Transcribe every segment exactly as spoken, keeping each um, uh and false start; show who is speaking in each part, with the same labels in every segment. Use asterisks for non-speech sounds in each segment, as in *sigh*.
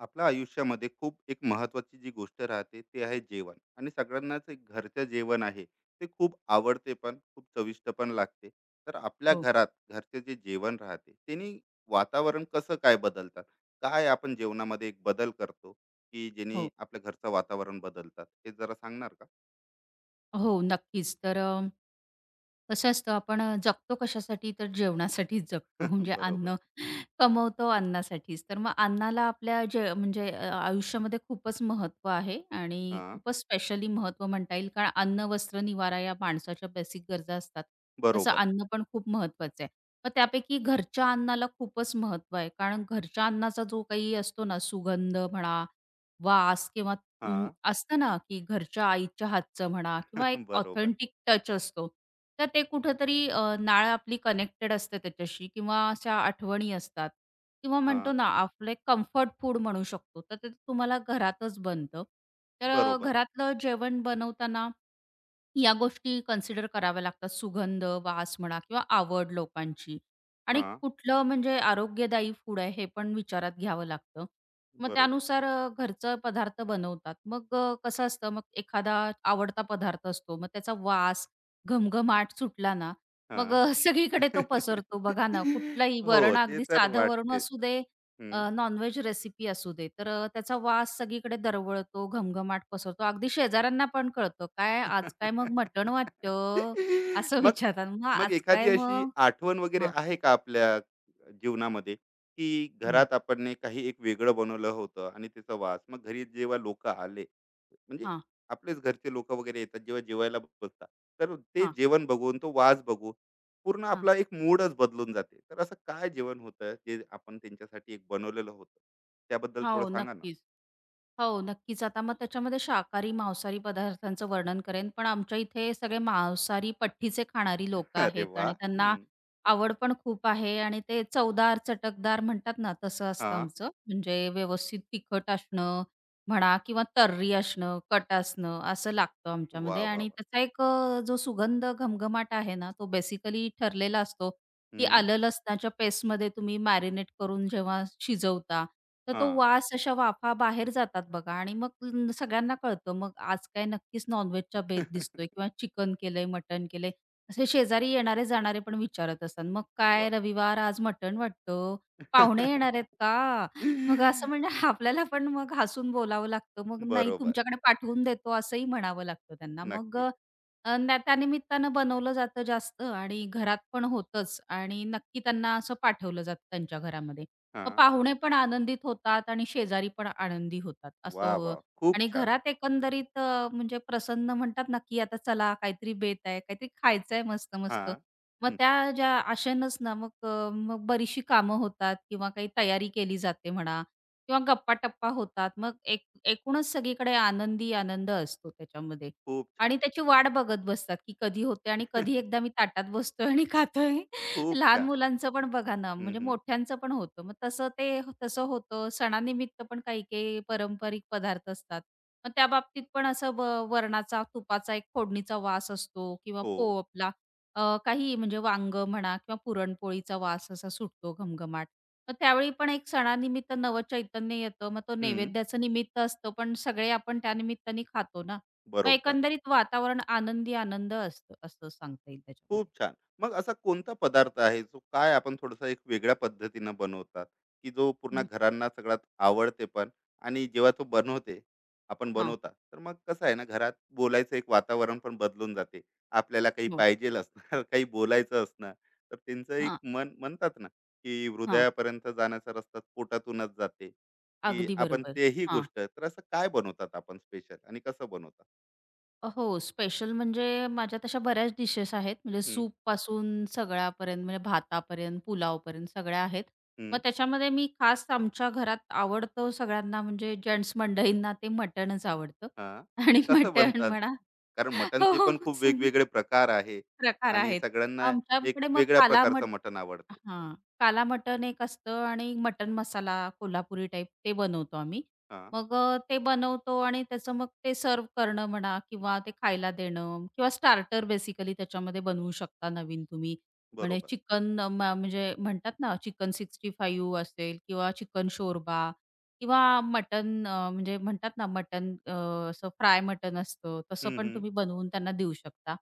Speaker 1: आपल्या आयुष्यामध्ये खूप एक महत्वाची जी गोष्ट राहते ते आहे जेवण, आणि सगळ्यांनाच एक घरचं जेवण आहे ते खूप आवडते, पण खूप चविष्ट पण लागते. तर आपल्या
Speaker 2: हो,
Speaker 1: घरात घरचे जे जेवण राहते त्यांनी वातावरण कसं काय बदलतात, काय आपण जेवणामध्ये एक बदल करतो की जेणे
Speaker 2: हो.
Speaker 1: आपल्या घरचं वातावरण बदलतात, हे जरा सांगणार का?
Speaker 2: हो, नक्कीच. तर अ, कसं असतं आपण अ, जगतो कशासाठी? तर जेवणासाठीच जगतो.
Speaker 1: *laughs*
Speaker 2: म्हणजे
Speaker 1: बरोबर.
Speaker 2: अन्न कमवतो अन्नासाठीच. तर मग अन्नाला आपल्या जे म्हणजे अ, आयुष्यामध्ये खूपच महत्त्व आहे आणि
Speaker 1: हां.
Speaker 2: खूपच स्पेशली महत्त्व म्हणता येईल. कारण अन्न, वस्त्र, निवारा या माणसाच्या बेसिक गरजा असतात. तसं
Speaker 1: बरोबर.
Speaker 2: अन्न पण खूप महत्त्वाचं आहे. मग त्यापैकी घरच्या अन्नाला खूपच महत्त्व आहे. कारण घरच्या अन्नाचा जो काही असतो ना, सुगंध म्हणा, वास किंवा अं,
Speaker 1: हां.
Speaker 2: असतं ना, की घरच्या आईच्या हातचं म्हणा किंवा एक
Speaker 1: *laughs* बरोबर.
Speaker 2: ऑथेंटिक टच असतो. तर ते कुठेतरी अ, नाळ आपली कनेक्टेड असते त्याच्याशी किंवा अशा आठवणी असतात किंवा म्हणतो
Speaker 1: हां.
Speaker 2: ना, आपले कम्फर्ट फूड म्हणू शकतो. तर ते तुम्हाला घरातच बनतं. तर अ,
Speaker 1: बरोबर.
Speaker 2: घरातलं जेवण बनवताना या गोष्टी कन्सिडर कराव्या लागतात. सुगंध, वास म्हणा किंवा आवड लोकांची आणि
Speaker 1: हां.
Speaker 2: कुठलं म्हणजे आरोग्यदायी फूड आहे हे पण विचारात घ्यावं लागतं. मग
Speaker 1: बरोबर.
Speaker 2: त्यानुसार अ, घरचं पदार्थ बनवतात. मग अ, कसं असतं मग एखादा आवडता पदार्थ असतो. मग त्याचा वास घमघमाट सुटला ना, मग अ, *laughs* सगळीकडे तो पसरतो. बघा ना,
Speaker 1: *laughs*
Speaker 2: कुठलंही
Speaker 1: हो,
Speaker 2: वरण
Speaker 1: ते
Speaker 2: अगदी
Speaker 1: तर
Speaker 2: साधं वरण
Speaker 1: वाटते.
Speaker 2: असू दे
Speaker 1: हं.
Speaker 2: अ, नॉनव्हेज रेसिपी असू दे, तर अ, त्याचा वास सगळीकडे दरवळतो, घमघमाट पसरतो. अगदी शेजाऱ्यांना पण कळतं, "काय आज काय मग मटण वाटतं?"
Speaker 1: *laughs*
Speaker 2: असं *laughs*
Speaker 1: मग
Speaker 2: विचारतात. मग
Speaker 1: मग
Speaker 2: आज
Speaker 1: एखादी
Speaker 2: काय
Speaker 1: अशी
Speaker 2: मग
Speaker 1: आठवण वगैरे
Speaker 2: हां.
Speaker 1: आहे का आपल्या जीवनामध्ये, की
Speaker 2: हं.
Speaker 1: घरात आपण ने काही एक वेगळं बनवलं होतं आणि त्याचा वास मग घरी जेव्हा लोकं आले, म्हणजे
Speaker 2: हां,
Speaker 1: आपलेच घरचे लोकं वगैरे येतात, जेव्हा जेवायला बसतात, तर ते
Speaker 2: हां,
Speaker 1: जेवण बघून, तो वास बघून पूर्ण
Speaker 2: हां.
Speaker 1: आपला एक मूडच बदलून जाते. तर असं काय जेवण होतं, जे आपण त्यांच्यासाठी एक बनवलेलं होतं? त्याबद्दल थोडं
Speaker 2: हो,
Speaker 1: सांगा.
Speaker 2: नक्कीच. हो, नक्कीच. आता मग त्याच्यामध्ये शाकाहारी, मांसाहारी पदार्थांचं वर्णन करेन, पण आमच्या इथे सगळे मांसाहारी पट्ठीचे खाणारी
Speaker 1: *laughs*
Speaker 2: लोकं
Speaker 1: अरे
Speaker 2: आहेत
Speaker 1: वा.
Speaker 2: आणि
Speaker 1: हं.
Speaker 2: त्यांना आवड पण खूप आहे आणि ते चवदार, चटकदार म्हणतात ना, तसं असतं
Speaker 1: हां.
Speaker 2: आमचं. म्हणजे व्यवस्थित तिखट असणं म्हणा किंवा तर्री असणं, कट असणं असं लागतं
Speaker 1: वाह,
Speaker 2: आमच्यामध्ये
Speaker 1: वाह,
Speaker 2: आणि
Speaker 1: वाह!
Speaker 2: त्याचा एक अ, जो सुगंध घमघमाट आहे ना, तो बेसिकली ठरलेला असतो, की
Speaker 1: हं.
Speaker 2: आलं लसणाच्या पेस्टमध्ये तुम्ही मॅरिनेट करून जेव्हा शिजवता तर तो
Speaker 1: हां.
Speaker 2: वास अशा वाफा बाहेर जातात बघा आणि मग न- सगळ्यांना कळतं मग आज काय नक्कीच नॉनव्हेजचा बेत दिसतोय किंवा चिकन केलंय मटण केलंय असे शेजारी येणारे जाणारे पण विचारत असतात मग काय
Speaker 1: वाह!
Speaker 2: रविवार आज मटण वाटतं पाहुणे येणार आहेत का मग असं
Speaker 1: *laughs*
Speaker 2: म्हणजे
Speaker 1: *laughs*
Speaker 2: आपल्याला पण मग हसून बोलावं लागतं मग नाही
Speaker 1: बरोबर.
Speaker 2: तुमच्याकडे पाठवून देतो असंही म्हणावं लागतं त्यांना मग
Speaker 1: नक्की.
Speaker 2: अ, ना- त्यानिमित्तानं बनवलं जातं जास्त आणि घरात पण होतंच आणि नक्की त्यांना असं पाठवलं जातं त्यांच्या घरामध्ये मग
Speaker 1: हां.
Speaker 2: पाहुणे पण आनंदित होतात आणि शेजारी पण आनंदी होतात असं
Speaker 1: वाह,
Speaker 2: हो.
Speaker 1: वाह! खूप
Speaker 2: आणि
Speaker 1: छान.
Speaker 2: घरात एकंदरीत अ, म्हणजे प्रसन्न म्हणतात ना, की आता चला काहीतरी बेत आहे, काहीतरी खायचंय मस्त-मस्त.
Speaker 1: हां.
Speaker 2: मग
Speaker 1: हं.
Speaker 2: त्या ज्या आशेनच ना मग अ, मग बरीचशी कामं होतात किंवा काही तयारी केली जाते म्हणा किंवा गप्पा-टप्पा होतात. मग एक एकूणच सगळीकडे आनंदी आनंद असतो त्याच्यामध्ये
Speaker 1: खूप छान.
Speaker 2: आणि त्याची वाट बघत बसतात, की कधी होते आणि कधी
Speaker 1: *laughs*
Speaker 2: एकदा मी ताटात बसतोय आणि खातोय.
Speaker 1: खूप
Speaker 2: लहान
Speaker 1: छान.
Speaker 2: मुलांचं पण बघा ना,
Speaker 1: हं,
Speaker 2: म्हणजे
Speaker 1: हं.
Speaker 2: मोठ्यांचं पण होतं. मग तसं ते तसं होतं. सणानिमित्त पण काही-काही पारंपरिक पदार्थ असतात. मग त्याबाबतीत पण असं व वरणाचा, तुपाचा एक फोडणीचा वास असतो किंवा
Speaker 1: हो.
Speaker 2: पो आपला अ, काही म्हणजे वांगं म्हणा किंवा पुरणपोळीचा वास असा सुटतो घमघमाट. मग त्यावेळी पण एक सणानिमित्त नवं चैतन्य येतं. मग तो
Speaker 1: हं.
Speaker 2: नैवेद्याचं निमित्त असतं, पण सगळे आपण त्या निमित्ताने खातो ना. मग
Speaker 1: बरोबर.
Speaker 2: एकंदरीत वातावरण आनंदी आनंद असतं, असं सांगता येईल
Speaker 1: खूप
Speaker 2: त्याच्यामध्ये.
Speaker 1: छान. मग असा कोणता पदार्थ आहे जो काय आपण थोडासा एक वेगळ्या पद्धतीनं बनवतात, की जो पूर्ण
Speaker 2: हं.
Speaker 1: घरांना सगळ्यात आवडते पण, आणि जेव्हा तो बनवते, आपण
Speaker 2: हां.
Speaker 1: बनवता, तर मग कसं आहे ना, घरात बोलायचं एक वातावरण पण बदलून जाते. आपल्याला काही पाहिजेल असणार, *laughs* काही बोलायचं असणार, तर त्यांचं एक
Speaker 2: हो.
Speaker 1: मन म्हणतात ना, की
Speaker 2: हां.
Speaker 1: हृदयापर्यंत जाण्याचा रस्ता पोटातूनच जाते, की
Speaker 2: अगदी
Speaker 1: आपण
Speaker 2: बरोबर.
Speaker 1: तेही
Speaker 2: हां.
Speaker 1: गोष्ट. तर असं काय बनवतात आपण स्पेशल आणि कसं बनवतात?
Speaker 2: अ, हो, स्पेशल म्हणजे माझ्या तशा बऱ्याच डिशेस आहेत. म्हणजे
Speaker 1: हं,
Speaker 2: सूपपासून सगळ्यापर्यंत म्हणजे भातापर्यंत, पुलावपर्यंत सगळ्या आहेत. मग
Speaker 1: हं.
Speaker 2: त्याच्यामध्ये मी खास आमच्या घरात आवडतं सगळ्यांना म्हणजे जेंट्स मंडळींना ते मटणच आवडतं
Speaker 1: हां.
Speaker 2: *laughs*
Speaker 1: मग
Speaker 2: आणि
Speaker 1: कसं
Speaker 2: मटण
Speaker 1: बनतात?
Speaker 2: म्हणा
Speaker 1: कारण
Speaker 2: हो,
Speaker 1: मटनचे
Speaker 2: हो,
Speaker 1: पण खूप
Speaker 2: संगीत
Speaker 1: वेगवेगळे प्रकार आहे,
Speaker 2: प्रकार
Speaker 1: आणि
Speaker 2: आहेत.
Speaker 1: सगळ्यांना एक
Speaker 2: आमच्याकडे मग
Speaker 1: वेगळ्या
Speaker 2: काला
Speaker 1: प्रकारचं मटन आवडते.
Speaker 2: हां. काला मटण एक असतं आणि मटण मसाला कोल्हापुरी टाईप ते बनवतो आम्ही.
Speaker 1: हां,
Speaker 2: मग अ, ते बनवतो आणि त्याचं मग ते सर्व्ह करणं म्हणा किंवा ते खायला देणं किंवा स्टार्टर बेसिकली त्याच्यामध्ये बनवू शकता नवीन तुम्ही. म्हणजे
Speaker 1: बरोबर.
Speaker 2: चिकन अ, म म्हणजे म्हणतात ना चिकन पासष्ट असेल किंवा चिकन शोरबा किंवा मटण अ, म्हणजे म्हणतात ना मटण अ, असं फ्राय मटण असतं, तसं
Speaker 1: हं,
Speaker 2: पण
Speaker 1: हं.
Speaker 2: तुम्ही बनवून त्यांना देऊ शकता.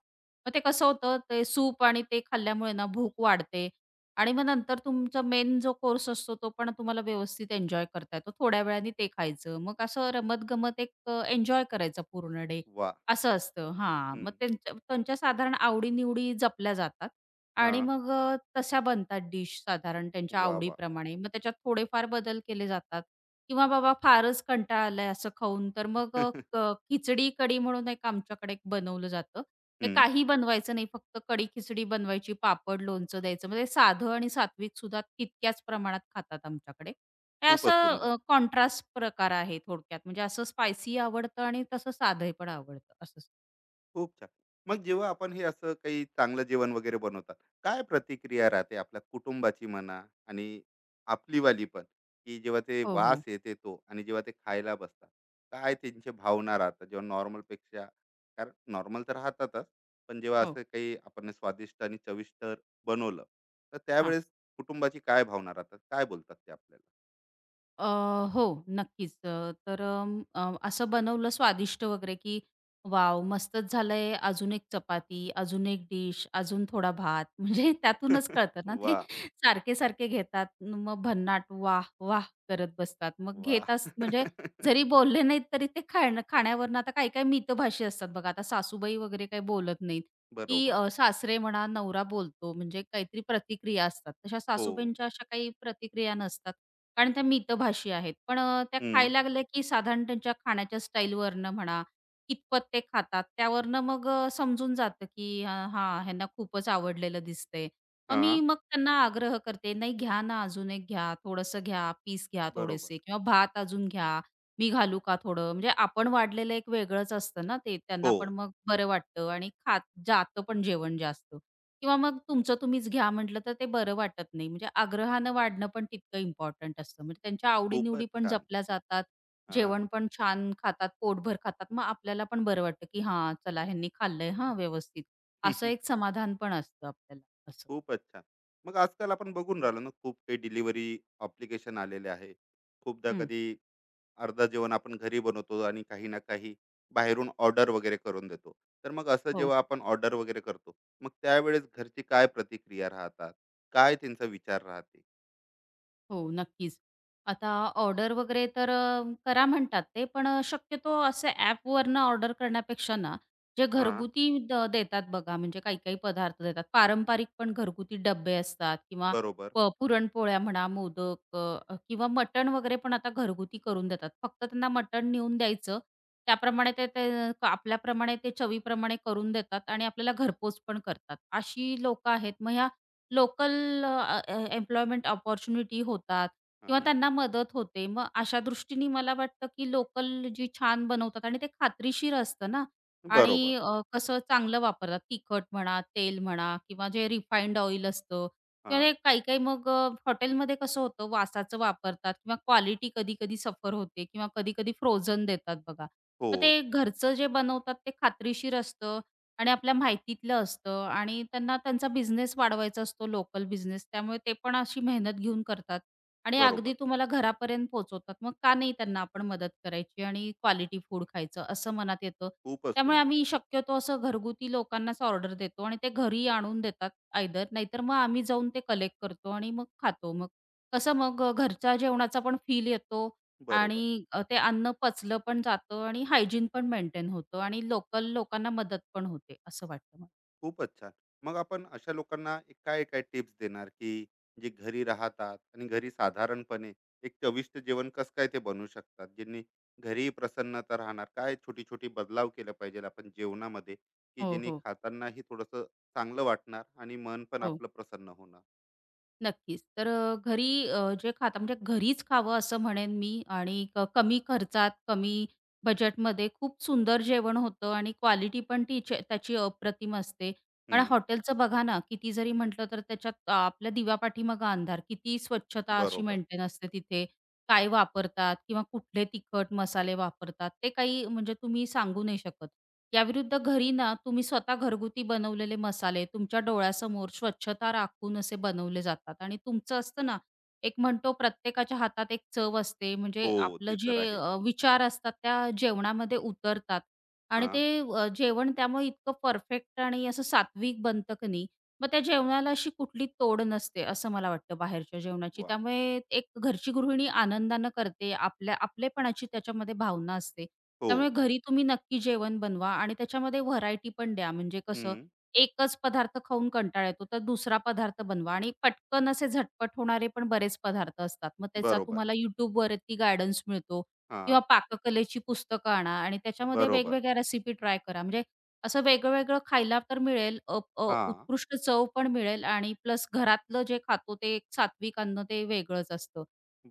Speaker 2: मग ते कसं होतं ते सूप आणि ते खाल्ल्यामुळे ना भूक वाढते आणि मग नंतर तुमचा मेन जो कोर्स असतो तो पण तुम्हाला व्यवस्थित एन्जॉय करता येतो. थोड्या वेळाने ते खायचं. मग असं रमत-गमत एक अ, एन्जॉय करायचा पूर्ण डे
Speaker 1: वाह!
Speaker 2: असं असतं. हां, मग
Speaker 1: हं.
Speaker 2: त्यांच्या त्यांच्या साधारण आवडी-निवडी जपल्या जातात आणि
Speaker 1: हां.
Speaker 2: मग अ, तशा बनतात डिश साधारण त्यांच्या
Speaker 1: वाह, वाह!
Speaker 2: आवडीप्रमाणे. मग त्याच्यात थोडेफार बदल केले जातात किंवा बाबा फारच कंटाळा आलाय असं खाऊन तर मग अ,
Speaker 1: हं.
Speaker 2: क खिचडी कढी म्हणून एक आमच्याकडे एक बनवलं जातं. हे
Speaker 1: *laughs*
Speaker 2: काही बनवायचं नाही, फक्त कड़ी खिचडी बनवायची, पापड, लोणचं द्यायचं. म्हणजे साधं आणि सात्विक सुद्धा तितक्याच प्रमाणात खातात आमच्याकडे. हे
Speaker 1: खूपच
Speaker 2: असं
Speaker 1: सुंदर.
Speaker 2: अ, कॉन्ट्रास्ट प्रकार आहे थोडक्यात. म्हणजे असं स्पायसी आवडतं आणि तसं साधं पण आवडतं असं.
Speaker 1: खूप छान. मग जेव्हा आपण हे असं काही चांगलं जेवण वगैरे बनवतात, काय प्रतिक्रिया राहते आपल्या कुटुंबाची म्हणा, आणि आपलीवाली पण, की जेव्हा ते
Speaker 2: हो,
Speaker 1: वास
Speaker 2: हो.
Speaker 1: येते तो आणि जेव्हा ते खायला बसतात, काय त्यांच्या भावना राहतात जेव्हा नॉर्मलपेक्षा, कारण नॉर्मल तर राहतातच, पण जेव्हा
Speaker 2: हो,
Speaker 1: असं काही आपण स्वादिष्ट आणि चविष्ट बनवलं, तर
Speaker 2: हां.
Speaker 1: त्यावेळेस कुटुंबाची काय भावना राहतात, काय बोलतात ते आपल्याला?
Speaker 2: अ, हो, नक्कीच. अ, तर अं, अ, असं बनवलं स्वादिष्ट वगैरे, की वाव मस्तच झालंय." अजून एक चपाती, अजून एक डिश, अजून थोडा भात. *laughs* म्हणजे त्यातूनच कळतं
Speaker 1: *laughs*
Speaker 2: ना ते
Speaker 1: वाह!
Speaker 2: सारखे-सारखे घेतात. न मग भन्नाट "वाह! वाह!" करत बसतात. मग
Speaker 1: वाह!
Speaker 2: घेताच म्हणजे जरी
Speaker 1: *laughs*
Speaker 2: बोलले नाहीत, तरी ते खाणं खाण्यावरनं आता काही-काही मितभाषी असतात बघा. आता सासूबाई वगैरे काही बोलत नाहीत. की
Speaker 1: बरोबर.
Speaker 2: अ, सासरे म्हणा, नवरा बोलतो म्हणजे काहीतरी प्रतिक्रिया असतात. तशा
Speaker 1: हो.
Speaker 2: सासूबाईंच्या अशा काही प्रतिक्रिया नसतात. कारण त्या मितभाषी आहेत. पण अ, त्या
Speaker 1: हं.
Speaker 2: खायला लागल्या की साधारण त्यांच्या खाण्याच्या स्टाईलवरनं म्हणा, कितपत ते खातात त्यावरनं मग अ, समजून जातं की अ, हां, ह्यांना खूपच आवडलेलं दिसतंय. मग मी
Speaker 1: हां.
Speaker 2: मग त्यांना आग्रह करते, "नाही घ्या ना, अजून एक घ्या, थोडंसं घ्या, पीस घ्या
Speaker 1: बरोबर.
Speaker 2: थोडेसे किंवा भात अजून घ्या." मी घालू का थोडं? म्हणजे आपण वाढलेलं एक वेगळंच असतं ना ते. त्यांना
Speaker 1: हो.
Speaker 2: पण मग बरं वाटतं आणि खात जातं पण जेवण जास्त किंवा मग तुमचं तुम्हीच घ्या म्हटलं तर ते बरं वाटत नाही. म्हणजे आग्रहानं वाढणं पण तितकं इम्पॉर्टंट असतं. म्हणजे त्यांच्या आवडीनिवडी
Speaker 1: खूपच
Speaker 2: पण
Speaker 1: छान.
Speaker 2: जपल्या जातात.
Speaker 1: हां.
Speaker 2: जेवण पण छान खातात, पोटभर खातात. मग आपल्याला पण बरं वाटतं, की हां, चला ह्यांनी खाल्लंय हां व्यवस्थित. असं एक
Speaker 1: *laughs*
Speaker 2: समाधान पण असतं आपल्याला असं.
Speaker 1: खूपच छान. मग आजकाल आपण बघून राहिलो ना, खूप काही डिलिव्हरी ॲप्लिकेशन आलेले आहे. खूपदा
Speaker 2: हं.
Speaker 1: कधी अर्धं जेवण आपण घरी बनवतो आणि काही ना काही बाहेरून ऑर्डर वगैरे करून देतो. तर मग असं
Speaker 2: हो.
Speaker 1: जेव्हा आपण ऑर्डर वगैरे करतो, मग त्यावेळेस घरची काय प्रतिक्रिया राहतात? काय त्यांचा विचार राहते?
Speaker 2: हो, नक्कीच. आता ऑर्डर वगैरे तर अ, करा म्हणतात ते, पण अ, शक्यतो असं ॲपवरनं ऑर्डर करण्यापेक्षा ना, जे
Speaker 1: हां,
Speaker 2: घरगुती द देतात बघा, म्हणजे काही-काही पदार्थ देतात. पारंपरिक पण घरगुती डब्बे असतात किंवा
Speaker 1: बरोबर.
Speaker 2: प पुरणपोळ्या म्हणा, मोदक अ, किंवा मटण वगैरे पण आता घरगुती करून देतात. फक्त त्यांना मटण नेऊन द्यायचं. त्याप्रमाणे ते ते क- आपल्याप्रमाणे ते चवीप्रमाणे करून देतात आणि आपल्याला घरपोच पण करतात. अशी लोकं आहेत. मग ह्या लोकल अ, अ, एम्प्लॉयमेंट अपॉर्च्युनिटी होतात किंवा
Speaker 1: हां,
Speaker 2: त्यांना मदत होते. मग अशा दृष्टीने मला वाटतं, की लोकल जी छान बनवतात आणि ते खात्रीशीर असतं ना आणि
Speaker 1: बरोबर.
Speaker 2: अ, कसं चांगलं वापरतात. तिखट म्हणा, तेल म्हणा किंवा जे रिफाइंड ऑइल असतं किंवा
Speaker 1: हां.
Speaker 2: हे काही-काही मग अ, हॉटेलमध्ये कसं होतं वासाचं वापरतात किंवा क्वालिटी कधी-कधी सफर होते किंवा कधी-कधी फ्रोझन देतात बघा.
Speaker 1: हो,
Speaker 2: तर ते घरचं जे बनवतात ते खात्रीशीर असतं आणि आपल्या माहितीतलं असतं आणि त्यांना त्यांचा बिझनेस वाढवायचा असतो लोकल बिझनेस त्यामुळे ते पण अशी मेहनत घेऊन करतात आणि अगदी
Speaker 1: बरोबर.
Speaker 2: तुम्हाला घरापर्यंत पोहोचवतात. मग का नाही त्यांना आपण मदत करायची आणि क्वालिटी फूड खायचं असं मनात येतं.
Speaker 1: खूपच
Speaker 2: त्यामुळे
Speaker 1: सुंदर.
Speaker 2: आम्ही शक्यतो असं घरगुती लोकांनाच ऑर्डर देतो आणि ते घरी आणून देतात आयदर नाहीतर मग आम्ही जाऊन ते कलेक्ट करतो आणि मग खातो. मग कसं मग घरच्या जेवणाचा पण फील येतो
Speaker 1: बरोबर.
Speaker 2: आणि अ, ते अन्न पचलं पण जातं आणि हायजीन पण मेंटेन होतं आणि लोकल लोकांना मदत पण होते असं वाटतं मला.
Speaker 1: खूपच छान. मग आपण अशा लोकांना एक काय-काय टिप्स देणार, की जे घरी राहतात आणि घरी साधारणपणे एक चविष्ट जेवण कसं काय ते बनवू शकतात? ज्यांनी घरीही प्रसन्नता राहणार. काय छोटी-छोटी बदलाव केला पाहिजे आपण जेवणामध्ये, की
Speaker 2: हो,
Speaker 1: जेणे
Speaker 2: हो.
Speaker 1: खातानाही थोडंसं चांगलं वाटणार आणि मन पण
Speaker 2: हो.
Speaker 1: आपलं प्रसन्न होणार?
Speaker 2: नक्कीच. तर अ, घरी अ, जे खाता म्हणजे घरीच खावं असं म्हणेन मी आणि क कमी खर्चात, कमी बजेटमध्ये खूप सुंदर जेवण होतं आणि क्वालिटी पण तिची त्याची अप्रतिम असते. पण
Speaker 1: हं,
Speaker 2: हॉटेलचं बघा ना, किती जरी म्हटलं तर त्याच्यात अ, आपल्या दिव्यापाठीमागे अंधार. किती स्वच्छता अशी
Speaker 1: बरोबर.
Speaker 2: मेंटेन असते तिथे. काय वापरतात किंवा कुठले तिखट मसाले वापरतात ते काही म्हणजे तुम्ही सांगू नाही शकत. याविरुद्ध घरी ना तुम्ही स्वतः घरगुती बनवलेले मसाले तुमच्या डोळ्यासमोर स्वच्छता राखून असे बनवले जातात आणि तुमचं असतं ना एक म्हणतो प्रत्येकाच्या हातात एक चव असते
Speaker 1: हो,
Speaker 2: म्हणजे आपलं
Speaker 1: ते
Speaker 2: जे
Speaker 1: तर आहेच.
Speaker 2: अ, विचार असतात त्या जेवणामध्ये उतरतात आणि
Speaker 1: हां,
Speaker 2: ते अ, जेवण त्यामुळे इतकं परफेक्ट आणि असं सात्विक बनतं की नाही मग त्या जेवणाला अशी कुठली तोड नसते असं मला वाटतं बाहेरच्या जेवणाची
Speaker 1: वाह!
Speaker 2: त्यामुळे एक घरची गृहिणी आनंदानं करते आपल्या आपलेपणाची त्याच्यामध्ये भावना असते
Speaker 1: हो.
Speaker 2: त्यामुळे घरी तुम्ही नक्की जेवण बनवा आणि त्याच्यामध्ये व्हरायटी पण द्या. म्हणजे कसं
Speaker 1: हं,
Speaker 2: एकच पदार्थ खाऊन कंटाळा येतो, तर दुसरा पदार्थ बनवा आणि पटकन असे झटपट होणारे पण बरेच पदार्थ असतात. मग त्याचा
Speaker 1: बरोबर.
Speaker 2: तुम्हाला YouTubeवरती गाईडन्स मिळतो किंवा
Speaker 1: हां,
Speaker 2: पाककलेची पुस्तकं आणा आणि त्याच्यामध्ये
Speaker 1: बरोबर.
Speaker 2: वेगवेगळ्या रेसिपी ट्राय करा. म्हणजे असं वेगळं-वेगळं खायला तर मिळेल, अ, अ,
Speaker 1: हां,
Speaker 2: उत्कृष्ट चव पण मिळेल आणि प्लस घरातलं जे खातो ते एक सात्विक अन्न ते वेगळंच असतं,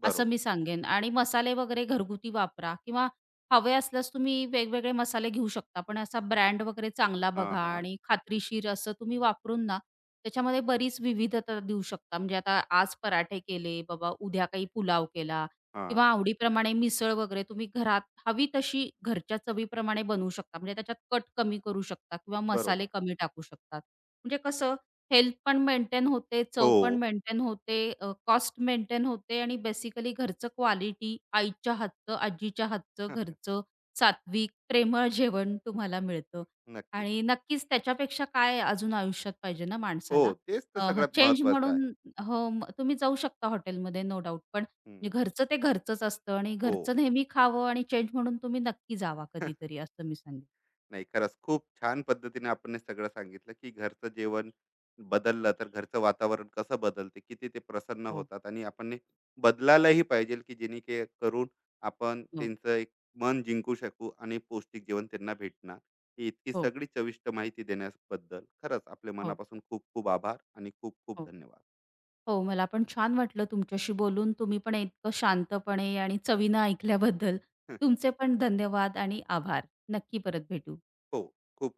Speaker 2: असं
Speaker 1: बरोबर.
Speaker 2: मी सांगेन. आणि मसाले वगैरे घरगुती वापरा किंवा हवे असल्यास तुम्ही वेगवेगळे मसाले घेऊ शकता. पण असा ब्रँड वगैरे चांगला
Speaker 1: हां,
Speaker 2: बघा
Speaker 1: हां,
Speaker 2: आणि खात्रीशीर असं तुम्ही वापरून ना, त्याच्यामध्ये बरीच विविधता देऊ शकता. म्हणजे आता आज पराठे केले बाबा, उद्या काही पुलाव केला
Speaker 1: हां,
Speaker 2: किंवा आवडीप्रमाणे मिसळ वगैरे तुम्ही घरात हवी तशी घरच्या चवीप्रमाणे बनवू शकता. म्हणजे त्याच्यात कट कमी करू शकता किंवा
Speaker 1: बरोबर.
Speaker 2: मसाले कमी टाकू शकतात. म्हणजे कसं हेल्थ पण मेंटेन होते, चव
Speaker 1: हो.
Speaker 2: पण मेंटेन होते, कॉस्ट मेंटेन होते आणि बेसिकली घरचं क्वालिटी, आईच्या हातचं, आजीच्या हातचं
Speaker 1: *laughs*
Speaker 2: घरचं सात्विक, प्रेमळ जेवण तुम्हाला मिळतं
Speaker 1: नक्कीच.
Speaker 2: आणि नक्कीच त्याच्यापेक्षा काय अजून आयुष्यात पाहिजे ना
Speaker 1: हो,
Speaker 2: माणसाला.
Speaker 1: तेच तर सगळ्यात
Speaker 2: चेंज
Speaker 1: महत्त्वाचं
Speaker 2: म्हणून
Speaker 1: आहे.
Speaker 2: हो, मग तुम्ही जाऊ शकता हॉटेलमध्ये नो डाउट. पण म्हणजे
Speaker 1: हं.
Speaker 2: घरचं ते घरचंच असतं आणि
Speaker 1: हो.
Speaker 2: घरचं नेहमी खावं आणि चेंज म्हणून तुम्ही नक्की जावा
Speaker 1: *laughs*
Speaker 2: कधीतरी असं मी सांगेन.
Speaker 1: नाही, खरंच खूप छान पद्धतीने आपण हे सगळं सांगितलं, की घरचं जेवण बदललं तर घरचं वातावरण कसं बदलते, किती ते प्रसन्न
Speaker 2: हो,
Speaker 1: होतात, आणि आपण हे बदलायलाही पाहिजे, की जेणे के करून आपण
Speaker 2: हो,
Speaker 1: त्यांचं एक मन जिंकू शकू आणि पौष्टिक जेवण त्यांना भेटणार. ही इतकी
Speaker 2: हो,
Speaker 1: सगळी चविष्ट माहिती देण्याबद्दल खरंच आपल्या
Speaker 2: हो,
Speaker 1: मनापासून खूप खूप आभार आणि खूप खूप
Speaker 2: हो.
Speaker 1: धन्यवाद.
Speaker 2: हो, मला पण छान वाटलं तुमच्याशी बोलून. तुम्ही पण इतकं शांतपणे आणि चवीनं ऐकल्याबद्दल
Speaker 1: *laughs*
Speaker 2: तुमचे पण धन्यवाद आणि आभार. नक्की परत भेटू.
Speaker 1: हो, खूप